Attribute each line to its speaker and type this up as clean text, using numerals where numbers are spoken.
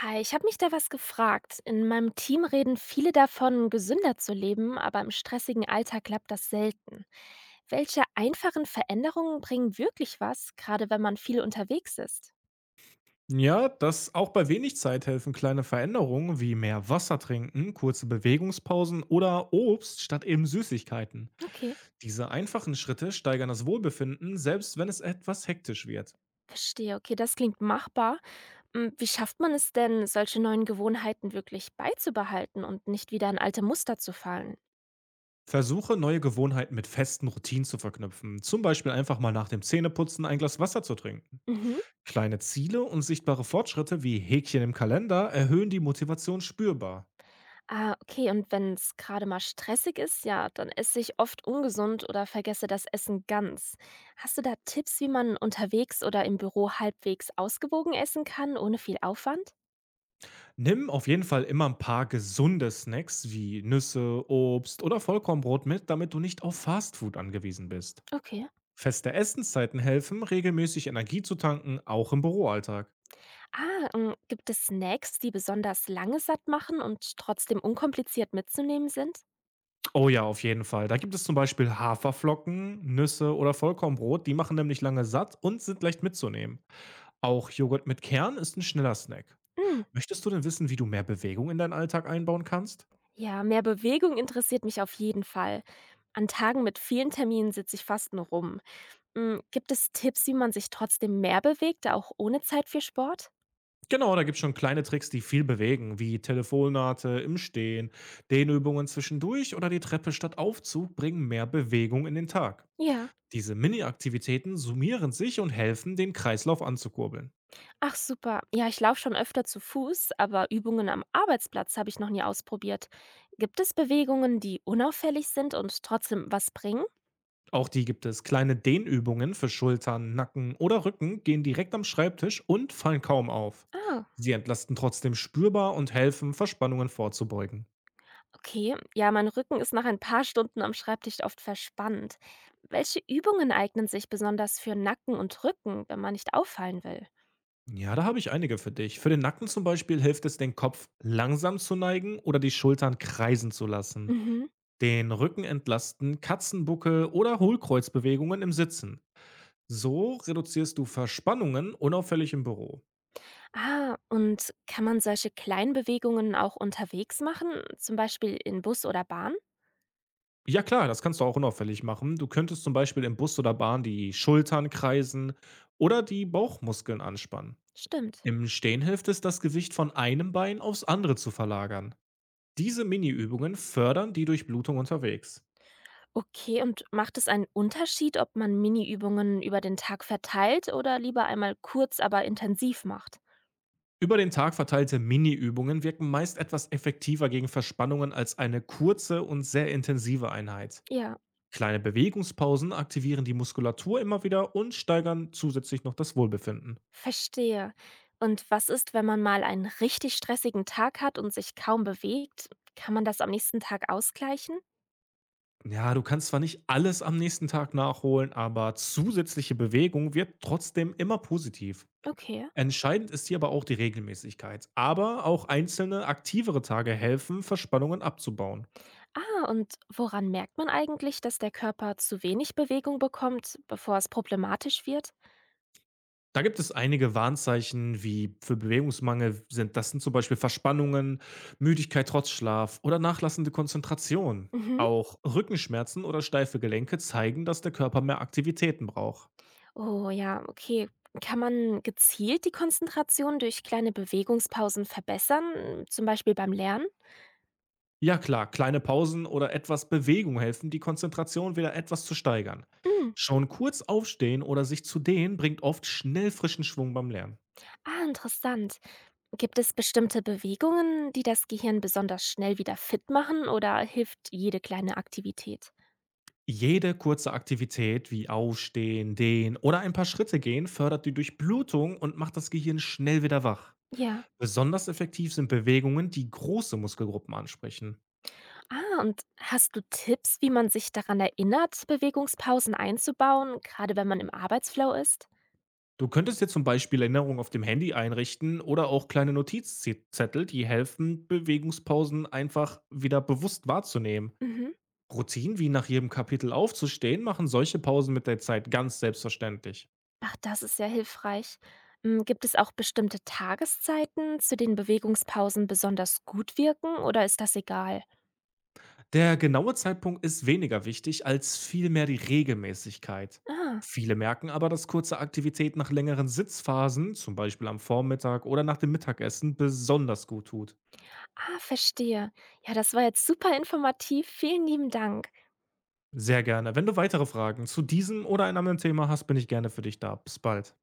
Speaker 1: Hi, ich habe mich da was gefragt. In meinem Team reden viele davon, gesünder zu leben, aber im stressigen Alltag klappt das selten. Welche einfachen Veränderungen bringen wirklich was, gerade wenn man viel unterwegs ist?
Speaker 2: Ja, dass auch bei wenig Zeit helfen kleine Veränderungen wie mehr Wasser trinken, kurze Bewegungspausen oder Obst statt eben Süßigkeiten.
Speaker 1: Okay,
Speaker 2: Diese einfachen Schritte steigern das Wohlbefinden, selbst wenn es etwas hektisch wird.
Speaker 1: verstehe. Okay, das klingt machbar. Wie schafft man es denn, solche neuen Gewohnheiten wirklich beizubehalten und nicht wieder in alte Muster zu fallen?
Speaker 2: Versuche neue Gewohnheiten mit festen Routinen zu verknüpfen, zum Beispiel einfach mal nach dem Zähneputzen ein Glas Wasser zu trinken.
Speaker 1: Mhm.
Speaker 2: Kleine Ziele und sichtbare Fortschritte wie Häkchen im Kalender erhöhen die Motivation spürbar.
Speaker 1: Okay, und wenn es gerade mal stressig ist, ja, dann esse ich oft ungesund oder vergesse das Essen ganz. Hast du da Tipps, wie man unterwegs oder im Büro halbwegs ausgewogen essen kann, ohne viel Aufwand?
Speaker 2: Nimm auf jeden Fall immer ein paar gesunde Snacks wie Nüsse, Obst oder Vollkornbrot mit, damit du nicht auf Fastfood angewiesen bist.
Speaker 1: Okay.
Speaker 2: Feste Essenszeiten helfen, regelmäßig Energie zu tanken, auch im Büroalltag.
Speaker 1: Gibt es Snacks, die besonders lange satt machen und trotzdem unkompliziert mitzunehmen sind?
Speaker 2: Oh ja, auf jeden Fall. Da gibt es zum Beispiel Haferflocken, Nüsse oder Vollkornbrot, die machen nämlich lange satt und sind leicht mitzunehmen. Auch Joghurt mit Kern ist ein schneller Snack.
Speaker 1: Hm,
Speaker 2: Möchtest du denn wissen, wie du mehr Bewegung in deinen Alltag einbauen kannst?
Speaker 1: ja, mehr Bewegung interessiert mich auf jeden Fall. An Tagen mit vielen Terminen sitze ich fast nur rum. Gibt es Tipps, wie man sich trotzdem mehr bewegt, auch ohne Zeit für Sport?
Speaker 2: Genau, da gibt es schon kleine Tricks, die viel bewegen, wie Telefonate im Stehen, Dehnübungen zwischendurch oder die Treppe statt Aufzug bringen mehr Bewegung in den Tag.
Speaker 1: Ja.
Speaker 2: Diese Mini-Aktivitäten summieren sich und helfen, den Kreislauf anzukurbeln.
Speaker 1: Ach super. Ja, ich laufe schon öfter zu Fuß, aber Übungen am Arbeitsplatz habe ich noch nie ausprobiert. Gibt es Bewegungen, die unauffällig sind und trotzdem was bringen?
Speaker 2: Auch die gibt es. Kleine Dehnübungen für Schultern, Nacken oder Rücken gehen direkt am Schreibtisch und fallen kaum auf.
Speaker 1: Ah,
Speaker 2: Sie entlasten trotzdem spürbar und helfen, Verspannungen vorzubeugen.
Speaker 1: okay. Ja, mein Rücken ist nach ein paar Stunden am Schreibtisch oft verspannt. Welche Übungen eignen sich besonders für Nacken und Rücken, wenn man nicht auffallen will?
Speaker 2: Ja, da habe ich einige für dich. Für den Nacken zum Beispiel hilft es, den Kopf langsam zu neigen oder die Schultern kreisen zu lassen.
Speaker 1: Mhm.
Speaker 2: Den Rücken entlasten, Katzenbuckel oder Hohlkreuzbewegungen im Sitzen. So reduzierst du Verspannungen unauffällig im Büro.
Speaker 1: Und kann man solche kleinen Bewegungen auch unterwegs machen, zum Beispiel in Bus oder Bahn?
Speaker 2: Ja klar, das kannst du auch unauffällig machen. Du könntest zum Beispiel im Bus oder Bahn die Schultern kreisen oder die Bauchmuskeln anspannen.
Speaker 1: Stimmt.
Speaker 2: Im Stehen hilft es, das Gewicht von einem Bein aufs andere zu verlagern. Diese Mini-Übungen fördern die Durchblutung unterwegs.
Speaker 1: Okay, und macht es einen Unterschied, ob man Mini-Übungen über den Tag verteilt oder lieber einmal kurz, aber intensiv macht?
Speaker 2: Über den Tag verteilte Mini-Übungen wirken meist etwas effektiver gegen Verspannungen als eine kurze und sehr intensive Einheit.
Speaker 1: Ja,
Speaker 2: Kleine Bewegungspausen aktivieren die Muskulatur immer wieder und steigern zusätzlich noch das Wohlbefinden.
Speaker 1: verstehe. Und was ist, wenn man mal einen richtig stressigen Tag hat und sich kaum bewegt? Kann man das am nächsten Tag ausgleichen?
Speaker 2: Ja, du kannst zwar nicht alles am nächsten Tag nachholen, aber zusätzliche Bewegung wird trotzdem immer positiv.
Speaker 1: Okay.
Speaker 2: Entscheidend ist hier aber auch die Regelmäßigkeit. Aber auch einzelne aktivere Tage helfen, Verspannungen abzubauen.
Speaker 1: Und woran merkt man eigentlich, dass der Körper zu wenig Bewegung bekommt, bevor es problematisch wird?
Speaker 2: Da gibt es einige Warnzeichen wie für Bewegungsmangel, sind das sind zum Beispiel Verspannungen, Müdigkeit trotz Schlaf oder nachlassende Konzentration.
Speaker 1: Mhm.
Speaker 2: Auch Rückenschmerzen oder steife Gelenke zeigen, dass der Körper mehr Aktivitäten braucht.
Speaker 1: Oh ja, okay. Kann man gezielt die Konzentration durch kleine Bewegungspausen verbessern, zum Beispiel beim Lernen?
Speaker 2: Ja klar, kleine Pausen oder etwas Bewegung helfen, die Konzentration wieder etwas zu steigern.
Speaker 1: Hm.
Speaker 2: Schon kurz aufstehen oder sich zu dehnen bringt oft schnell frischen Schwung beim Lernen.
Speaker 1: Interessant. Gibt es bestimmte Bewegungen, die das Gehirn besonders schnell wieder fit machen oder hilft jede kleine Aktivität?
Speaker 2: Jede kurze Aktivität wie Aufstehen, Dehnen oder ein paar Schritte gehen fördert die Durchblutung und macht das Gehirn schnell wieder wach.
Speaker 1: Ja.
Speaker 2: Besonders effektiv sind Bewegungen, die große Muskelgruppen ansprechen.
Speaker 1: Und hast du Tipps, wie man sich daran erinnert, Bewegungspausen einzubauen, gerade wenn man im Arbeitsflow ist?
Speaker 2: Du könntest dir zum Beispiel Erinnerungen auf dem Handy einrichten oder auch kleine Notizzettel, die helfen, Bewegungspausen einfach wieder bewusst wahrzunehmen.
Speaker 1: Mhm.
Speaker 2: Routinen wie nach jedem Kapitel aufzustehen machen solche Pausen mit der Zeit ganz selbstverständlich.
Speaker 1: Ach, das ist ja hilfreich. Gibt es auch bestimmte Tageszeiten, zu denen Bewegungspausen besonders gut wirken oder ist das egal?
Speaker 2: Der genaue Zeitpunkt ist weniger wichtig als vielmehr die Regelmäßigkeit.
Speaker 1: Ah,
Speaker 2: Viele merken aber, dass kurze Aktivität nach längeren Sitzphasen, zum Beispiel am Vormittag oder nach dem Mittagessen, besonders gut tut.
Speaker 1: verstehe. Ja, das war jetzt super informativ. Vielen lieben Dank.
Speaker 2: Sehr gerne. Wenn du weitere Fragen zu diesem oder einem anderen Thema hast, bin ich gerne für dich da. Bis bald.